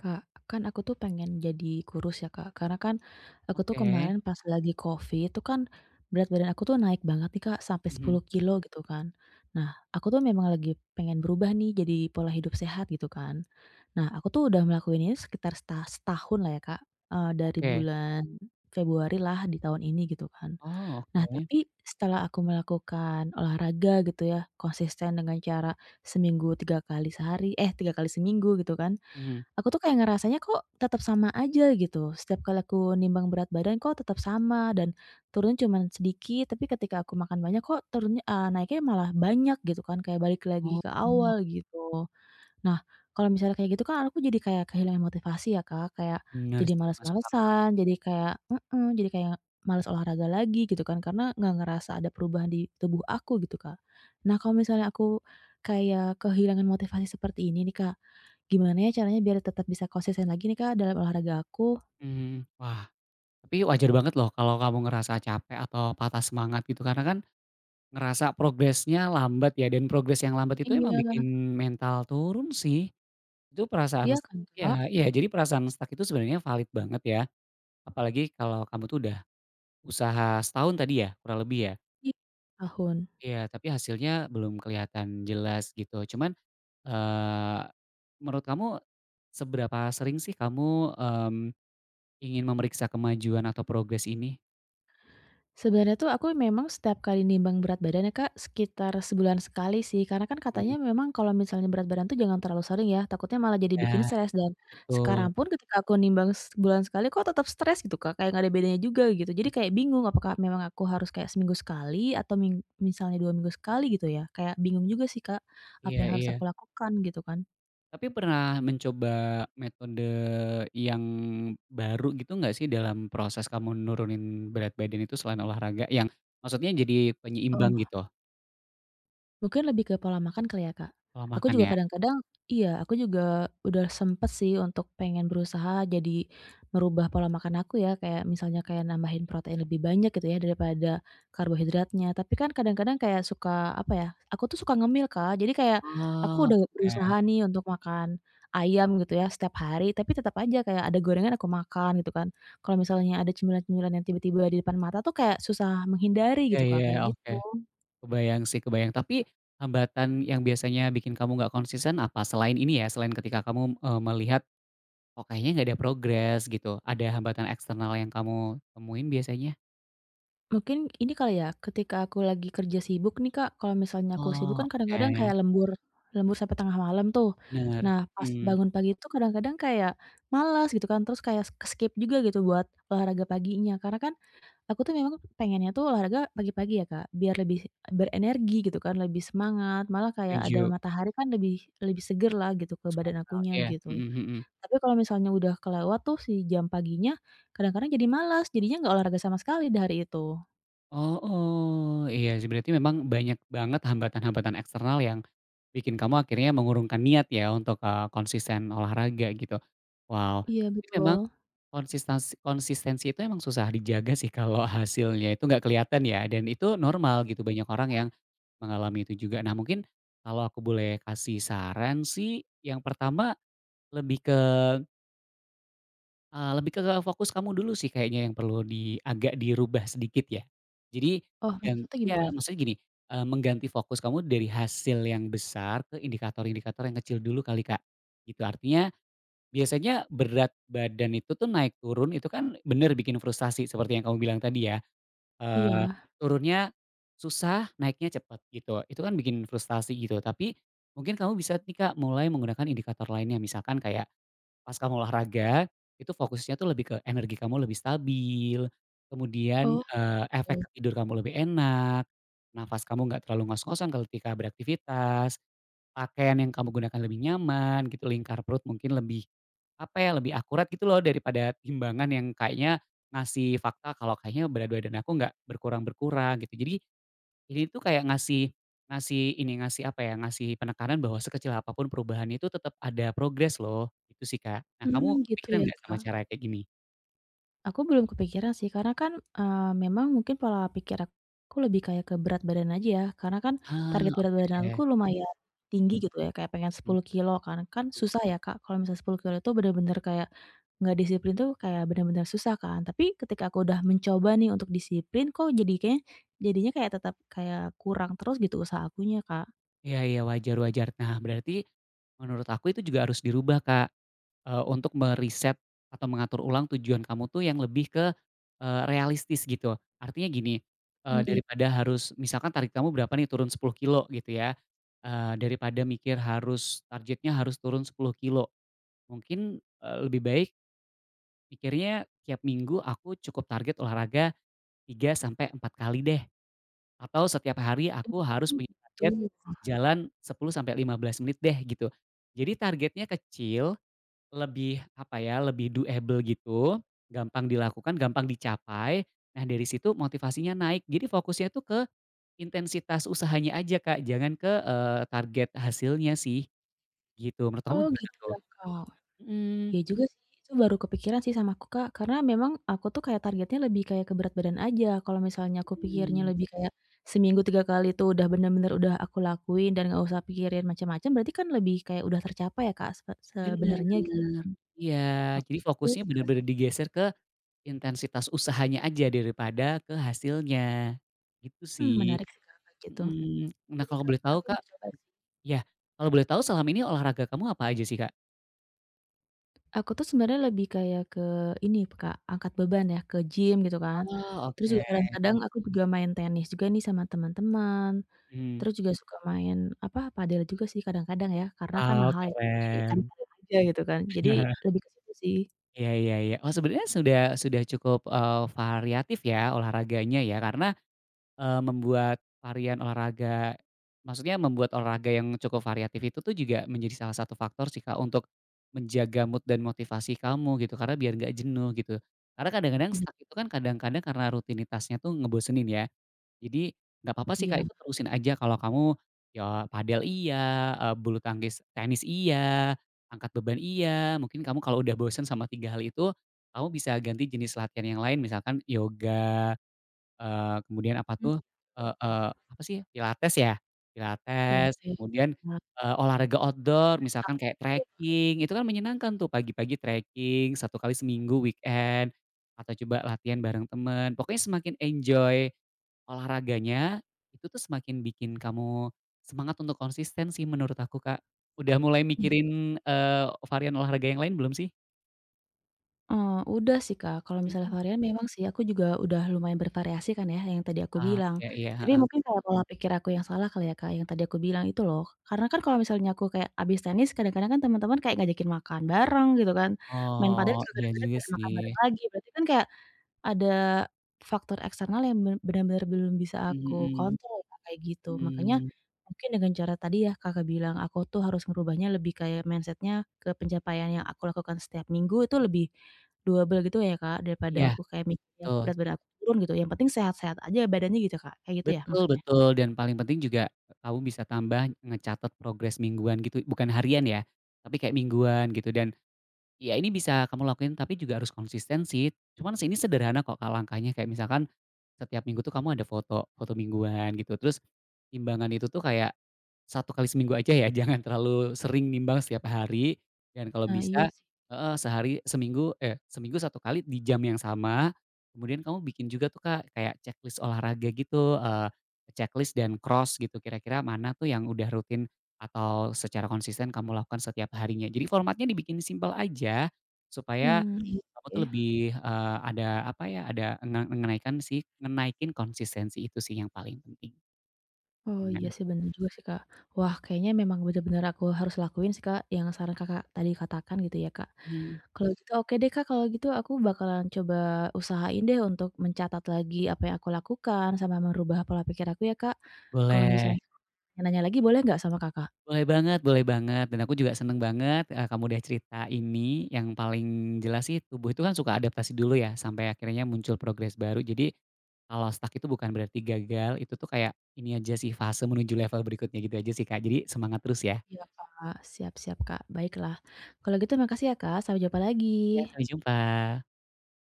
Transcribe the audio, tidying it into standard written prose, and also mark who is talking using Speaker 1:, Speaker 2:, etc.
Speaker 1: Kak, kan aku tuh pengen jadi kurus ya Kak, karena kan aku tuh
Speaker 2: Oke,
Speaker 1: kemarin pas lagi COVID itu kan berat badan aku tuh naik banget nih Kak, sampai
Speaker 2: mhm,
Speaker 1: 10 kilo gitu kan. Nah, aku tuh memang lagi pengen berubah nih jadi pola hidup sehat gitu kan. Nah, aku tuh udah ngelakuin ini sekitar setahun lah ya Kak, eh, dari
Speaker 2: oke.
Speaker 1: bulan Februari lah di tahun ini gitu kan.
Speaker 2: Oh,
Speaker 1: Nah,
Speaker 2: oke,
Speaker 1: tapi setelah aku melakukan olahraga gitu ya, konsisten dengan cara seminggu tiga kali sehari, eh tiga kali seminggu gitu kan,
Speaker 2: mhm.
Speaker 1: aku tuh kayak ngerasanya kok tetap sama aja gitu, setiap kali aku nimbang berat badan kok tetap sama dan turun cuman sedikit, tapi ketika aku makan banyak kok naiknya malah banyak gitu kan, kayak balik
Speaker 2: Oh,
Speaker 1: lagi ke awal gitu. Nah, kalau misalnya kayak gitu kan aku jadi kayak kehilangan motivasi ya, Kak, kayak
Speaker 2: bener
Speaker 1: jadi
Speaker 2: sih, masuk akal.
Speaker 1: males-malesan, jadi kayak jadi kayak males olahraga lagi gitu kan, karena nggak ngerasa ada perubahan di tubuh aku gitu, Kak. Nah, kalau misalnya aku kayak kehilangan motivasi seperti ini nih, Kak, gimana ya caranya biar tetap bisa konsisten lagi nih, Kak, dalam olahraga aku?
Speaker 2: Mhm. Wah, tapi wajar banget loh kalau kamu ngerasa capek atau patah semangat gitu, karena kan ngerasa progresnya lambat ya, dan progres yang lambat itu emang
Speaker 1: Iya,
Speaker 2: bikin mental turun sih. Itu
Speaker 1: iya
Speaker 2: perasaan s
Speaker 1: kan, Kak?
Speaker 2: Iya, iya, jadi perasaan stuck itu sebenarnya valid banget ya, apalagi kalau kamu tuh udah usaha setahun tadi ya, kurang lebih ya?
Speaker 1: Iya, tahun.
Speaker 2: Iya, tapi hasilnya belum kelihatan jelas gitu. Cuman, Eee, menurut kamu seberapa sering sih kamu, mmm, ingin memeriksa kemajuan atau progres ini?
Speaker 1: Sebenarnya tuh aku memang setiap kali nimbang berat badan ya, Kak, sekitar sebulan sekali sih, karena kan
Speaker 2: Mhm.
Speaker 1: katanya memang kalau misalnya berat badan tuh jangan terlalu sering ya, takutnya malah jadi bikin
Speaker 2: Ya,
Speaker 1: stres dan
Speaker 2: betul.
Speaker 1: sekarang pun ketika aku nimbang sebulan sekali kok tetap stres gitu, Kak, kayak nggak ada bedanya juga gitu. Jadi kayak bingung apakah memang aku harus kayak seminggu sekali atau misalnya 2 minggu sekali gitu ya, kayak bingung juga sih, Kak, apa
Speaker 2: Iya,
Speaker 1: yang
Speaker 2: iya.
Speaker 1: harus aku lakukan gitu kan.
Speaker 2: Tapi pernah mencoba metode yang baru gitu nggak sih dalam proses kamu nurunin berat badan itu selain olahraga? Yang maksudnya jadi penyeimbang gitu,
Speaker 1: Mungkin lebih ke pola makan kali ya, Kak.
Speaker 2: pola
Speaker 1: Aku
Speaker 2: makan
Speaker 1: juga
Speaker 2: ya?
Speaker 1: kadang-kadang iya, aku juga udah sempet sih untuk pengen berusaha jadi merubah pola makan aku ya, kayak misalnya kayak nambahin protein lebih banyak gitu ya daripada karbohidratnya. Tapi kan kadang-kadang kayak suka apa ya, aku tuh suka ngemil, Kak. Jadi kayak aku
Speaker 2: Oh,
Speaker 1: udah berusaha
Speaker 2: oke.
Speaker 1: nih untuk makan ayam gitu ya setiap hari, tapi tetap aja kayak ada gorengan aku makan gitu kan. Kalau misalnya ada cemilan-cemilan yang tiba-tiba di depan mata tuh kayak susah menghindari
Speaker 2: Iya,
Speaker 1: gitu,
Speaker 2: iya,
Speaker 1: Kak, kayak
Speaker 2: oke.
Speaker 1: gitu.
Speaker 2: Kebayang sih, kebayang. Tapi hambatan yang biasanya bikin kamu nggak konsisten apa? Selain ini ya, selain ketika kamu, melihat, "Oh, kayaknya nggak ada progres," gitu. Ada hambatan eksternal yang kamu temuin biasanya?
Speaker 1: Mungkin ini kali ya, ketika aku lagi kerja sibuk nih, Kak, kalau misalnya aku sibuk
Speaker 2: Oh,
Speaker 1: kan kadang-kadang
Speaker 2: oke.
Speaker 1: kayak lembur lembur sampai tengah malam tuh.
Speaker 2: Bener.
Speaker 1: Nah, pas
Speaker 2: Mhm.
Speaker 1: bangun pagi tuh kadang-kadang kayak malas gitu kan, terus kayak skip juga gitu buat olahraga paginya. Karena kan aku tuh memang pengennya tuh olahraga pagi-pagi ya, Kak, biar lebih berenergi gitu kan, lebih semangat, malah kayak ada
Speaker 2: Setuju.
Speaker 1: matahari kan lebih lebih seger lah gitu ke
Speaker 2: Masuk
Speaker 1: badan
Speaker 2: akal.
Speaker 1: akunya
Speaker 2: Iya.
Speaker 1: gitu.
Speaker 2: Mhm, mhm.
Speaker 1: Tapi kalau misalnya udah kelewat tuh si jam paginya, kadang-kadang jadi malas, jadinya nggak olahraga sama sekali di hari itu.
Speaker 2: Oh, oh, iya sih. Berarti memang banyak banget hambatan-hambatan eksternal yang bikin kamu akhirnya mengurungkan niat ya untuk, konsisten olahraga gitu. Wow.
Speaker 1: Iya
Speaker 2: Tapi memang
Speaker 1: betul.
Speaker 2: konsistensi konsistensi itu emang susah dijaga sih kalau hasilnya itu nggak kelihatan ya, dan itu normal gitu, banyak orang yang mengalami itu juga. Nah, mungkin kalau aku boleh kasih saran sih, yang pertama lebih ke, lebih ke fokus kamu dulu sih kayaknya yang perlu agak dirubah sedikit ya. Jadi
Speaker 1: Oh
Speaker 2: yang
Speaker 1: maksudnya
Speaker 2: ya,
Speaker 1: gimana?
Speaker 2: maksudnya gini, mengganti fokus kamu dari hasil yang besar ke indikator-indikator yang kecil dulu kali, Kak, gitu. Biasanya berat badan itu tuh naik turun itu kan bener bikin frustasi seperti yang kamu bilang tadi ya, eee,
Speaker 1: Iya.
Speaker 2: turunnya susah, naiknya cepat gitu, itu kan bikin frustasi gitu. Tapi mungkin kamu bisa nih Kak mulai menggunakan indikator lainnya, misalkan kayak pas kamu olahraga, itu fokusnya tuh lebih ke energi kamu lebih stabil, kemudian,
Speaker 1: Oh
Speaker 2: efek ke tidur kamu lebih enak, nafas kamu nggak terlalu ngos-ngosan ketika beraktivitas, pakaian yang kamu gunakan lebih nyaman gitu, lingkar perut mungkin lebih, apa ya, lebih akurat gitu loh daripada timbangan yang kayaknya ngasih fakta kalau kayaknya berat badan aku nggak berkurang-berkurang gitu. Jadi ini tuh kayak ngasih ngasih ini, ngasih apa ya, ngasih penekanan bahwa sekecil apapun perubahan itu tetap ada progres loh, itu sih, Kak. Nah, kamu
Speaker 1: mhm, gitu
Speaker 2: kepikiran
Speaker 1: ya
Speaker 2: nggak sama
Speaker 1: Kak.
Speaker 2: cara kayak gini?
Speaker 1: Aku belum kepikiran sih karena kan, memang mungkin pola pikir aku lebih kayak ke berat badan aja ya, karena kan
Speaker 2: Ah,
Speaker 1: target berat
Speaker 2: oke.
Speaker 1: badan aku lumayan tinggi gitu ya, kayak pengen
Speaker 2: Mhm.
Speaker 1: 10 kilo. Kan susah ya Kak kalau misalnya 10 kilo itu bener-bener kayak nggak disiplin tuh kayak bener-bener susah kan. Tapi ketika aku udah mencoba nih untuk disiplin kok jadi kayaknya jadinya kayak tetap kayak kurang terus gitu usaha akunya Kak.
Speaker 2: Iya, iya, wajar, wajar. Nah, berarti menurut aku itu juga harus dirubah, Kak, untuk meriset atau mengatur ulang tujuan kamu tuh yang lebih ke, realistis gitu. Artinya gini,
Speaker 1: Mhm, iya
Speaker 2: daripada harus misalkan target kamu berapa nih turun 10 kilo gitu ya, daripada mikir harus targetnya harus turun 10 kilo. Mungkin, lebih baik pikirnya tiap minggu aku cukup target olahraga 3 sampai 4 kali deh, atau setiap hari aku harus punya target
Speaker 1: gitu.
Speaker 2: jalan 10 sampai 15 menit deh gitu. Jadi targetnya kecil, lebih apa ya, lebih doable gitu, gampang dilakukan, gampang dicapai. Nah, dari situ motivasinya naik, jadi fokusnya tuh ke intensitas usahanya aja Kak, jangan ke, target hasilnya sih gitu. Menurut kamu
Speaker 1: Oh
Speaker 2: gimana
Speaker 1: gitu
Speaker 2: tuh?
Speaker 1: ya, Kak. Iya
Speaker 2: Mhm,
Speaker 1: juga sih, itu baru kepikiran sih sama aku, Kak, karena memang aku tuh kayak targetnya lebih kayak ke berat badan aja, kalau misalnya aku pikirnya
Speaker 2: mhm.
Speaker 1: lebih kayak seminggu 3 kali itu udah bener-bener udah aku lakuin dan nggak usah pikirin macam-macam, berarti kan lebih kayak udah tercapai ya, Kak,
Speaker 2: Bener,
Speaker 1: sebenernya gitu kan.
Speaker 2: iya, jadi
Speaker 1: Oke
Speaker 2: fokusnya
Speaker 1: sih, Kak, sih.
Speaker 2: bener-bener digeser ke intensitas usahanya aja daripada ke hasilnya, gitu
Speaker 1: Mmm,
Speaker 2: sih,
Speaker 1: menarik sih, Kak, kayak gitu.
Speaker 2: mhm. Nah,
Speaker 1: Jadi
Speaker 2: kalau
Speaker 1: Kak,
Speaker 2: boleh tahu,
Speaker 1: aku
Speaker 2: Kak.
Speaker 1: bisa coba sih.
Speaker 2: Iya, kalau boleh tahu selama ini olahraga kamu apa aja sih, Kak?
Speaker 1: Aku tuh sebenarnya lebih kayak ke ini, Kak, angkat beban ya, ke gym gitu kan.
Speaker 2: Oh,
Speaker 1: Terus
Speaker 2: oke,
Speaker 1: juga kadang-kadang aku juga main tenis juga nih sama teman-teman.
Speaker 2: mhm.
Speaker 1: Terus juga suka main, apa, padel juga sih kadang-kadang ya, karena kan
Speaker 2: Wow,
Speaker 1: mahal ya, jadi kan
Speaker 2: keren.
Speaker 1: padel aja gitu kan. Jadi lebih ke situ sih.
Speaker 2: Iya, iya, iya. Oh, sebenarnya sudah cukup, variatif ya olahraganya ya karena, membuat varian olahraga maksudnya membuat olahraga yang cukup variatif itu tuh juga menjadi salah satu faktor sih Kak, untuk menjaga mood dan motivasi kamu gitu, karena biar nggak jenuh gitu. Karena kadang-kadang
Speaker 1: Mmm.
Speaker 2: stuck itu kan kadang-kadang karena rutinitasnya tuh ngebosenin ya. Jadi nggak apa-apa sih Kak,
Speaker 1: Iya,
Speaker 2: itu terusin aja kalau kamu ya padel iya, bulu tangkis, tenis iya, angkat beban iya, mungkin kamu kalau udah bosen sama 3 hal itu, kamu bisa ganti jenis latihan yang lain misalkan yoga. Kemudian apa
Speaker 1: Mmm.
Speaker 2: tuh, eee eee, apa sih, pilates ya? Pilates,
Speaker 1: pilates
Speaker 2: kemudian,
Speaker 1: sama
Speaker 2: olahraga outdoor
Speaker 1: TikTok
Speaker 2: misalkan kayak
Speaker 1: gitu ya.
Speaker 2: trekking, itu kan menyenangkan tuh pagi-pagi trekking 1 kali seminggu weekend, atau coba latihan bareng temen. Pokoknya semakin enjoy olahraganya, itu tuh semakin bikin kamu semangat untuk konsisten sih menurut aku, Kak. Udah mulai mikirin, eee, varian olahraga yang lain belum sih?
Speaker 1: Udah sih, Kak, kalau misalnya
Speaker 2: Mhm.
Speaker 1: varian memang sih aku juga udah lumayan bervariasi kan ya, yang tadi aku
Speaker 2: Ah,
Speaker 1: bilang.
Speaker 2: iya, iya,
Speaker 1: Tapi
Speaker 2: heeh.
Speaker 1: mungkin kayak pola pikir aku yang salah kali ya, Kak, yang tadi aku bilang itu loh. Karena kan kalau misalnya aku kayak habis tenis kadang-kadang kan teman-teman kayak ngajakin makan bareng gitu kan, main padel
Speaker 2: Oh,
Speaker 1: juga
Speaker 2: iya
Speaker 1: kadang-kadang
Speaker 2: juga
Speaker 1: kayak
Speaker 2: sih.
Speaker 1: makan bareng lagi, berarti kan kayak ada faktor eksternal yang benar-benar belum bisa
Speaker 2: Mhm,
Speaker 1: aku
Speaker 2: mhm.
Speaker 1: kontrol, Kak, kayak gitu. Makanya
Speaker 2: Mmm,
Speaker 1: mungkin dengan cara tadi ya Kakak bilang, aku tuh harus ngerubahnya lebih kayak mindsetnya ke pencapaian yang aku lakukan setiap minggu itu lebih doable gitu ya, Kak, daripada
Speaker 2: iya
Speaker 1: aku kayak mikirnya
Speaker 2: betul,
Speaker 1: berat badan aku turun gitu, yang penting sehat-sehat aja badannya gitu, Kak, kayak gitu ya
Speaker 2: betul,
Speaker 1: maksudnya?
Speaker 2: betul dan paling penting juga kamu bisa tambah ngecatat progres mingguan gitu, bukan harian ya, tapi kayak mingguan gitu, dan iya, ini bisa kamu lakuin tapi juga harus konsisten sih. Cuman sih ini sederhana kok Kak langkahnya, kayak misalkan, setiap minggu tuh kamu ada foto, foto mingguan gitu terus, timbangan itu tuh kayak, 1 kali seminggu aja ya jangan terlalu sering nimbang setiap hari, dan kalau
Speaker 1: Nah, iya
Speaker 2: bisa
Speaker 1: sih.
Speaker 2: heeh, sehari seminggu eh, seminggu 1 kali di jam yang sama, kemudian kamu bikin juga tuh Kak kayak checklist olahraga gitu, checklist dan cross gitu kira-kira mana tuh yang udah rutin atau secara konsisten kamu lakukan setiap harinya. Jadi formatnya dibikin simpel aja, supaya
Speaker 1: Mmm. Iya
Speaker 2: kamu tuh
Speaker 1: sih.
Speaker 2: lebih, ada apa ya, ada ngenaikan sih ngenaikin konsistensi itu sih yang paling penting.
Speaker 1: Oh, iya
Speaker 2: Gimana?
Speaker 1: sih bener juga sih, Kak. Wah, kayaknya memang benar-benar aku harus lakuin sih, Kak, yang saran Kakak tadi katakan gitu ya, Kak.
Speaker 2: Mhm.
Speaker 1: Kalau gitu oke deh Kak, kalau gitu aku bakalan coba usahain deh untuk mencatat lagi apa yang aku lakukan sama merubah pola pikir aku ya Kak. Kalau
Speaker 2: Boleh.
Speaker 1: misalnya nanya lagi boleh nggak sama Kakak?
Speaker 2: Boleh banget, boleh banget, dan aku juga seneng banget, kamu udah cerita ini. Yang paling jelas sih tubuh itu kan suka adaptasi dulu ya, sampai akhirnya muncul progres baru. Jadi, kalau stuck itu bukan berarti gagal, itu tuh kayak ini aja sih fase menuju level berikutnya gitu aja sih Kak. Jadi semangat terus ya.
Speaker 1: Iya Kak, siap siap Kak, baiklah. Kalau gitu makasih ya Kak, sampai jumpa lagi.
Speaker 2: Ya, sampai jumpa.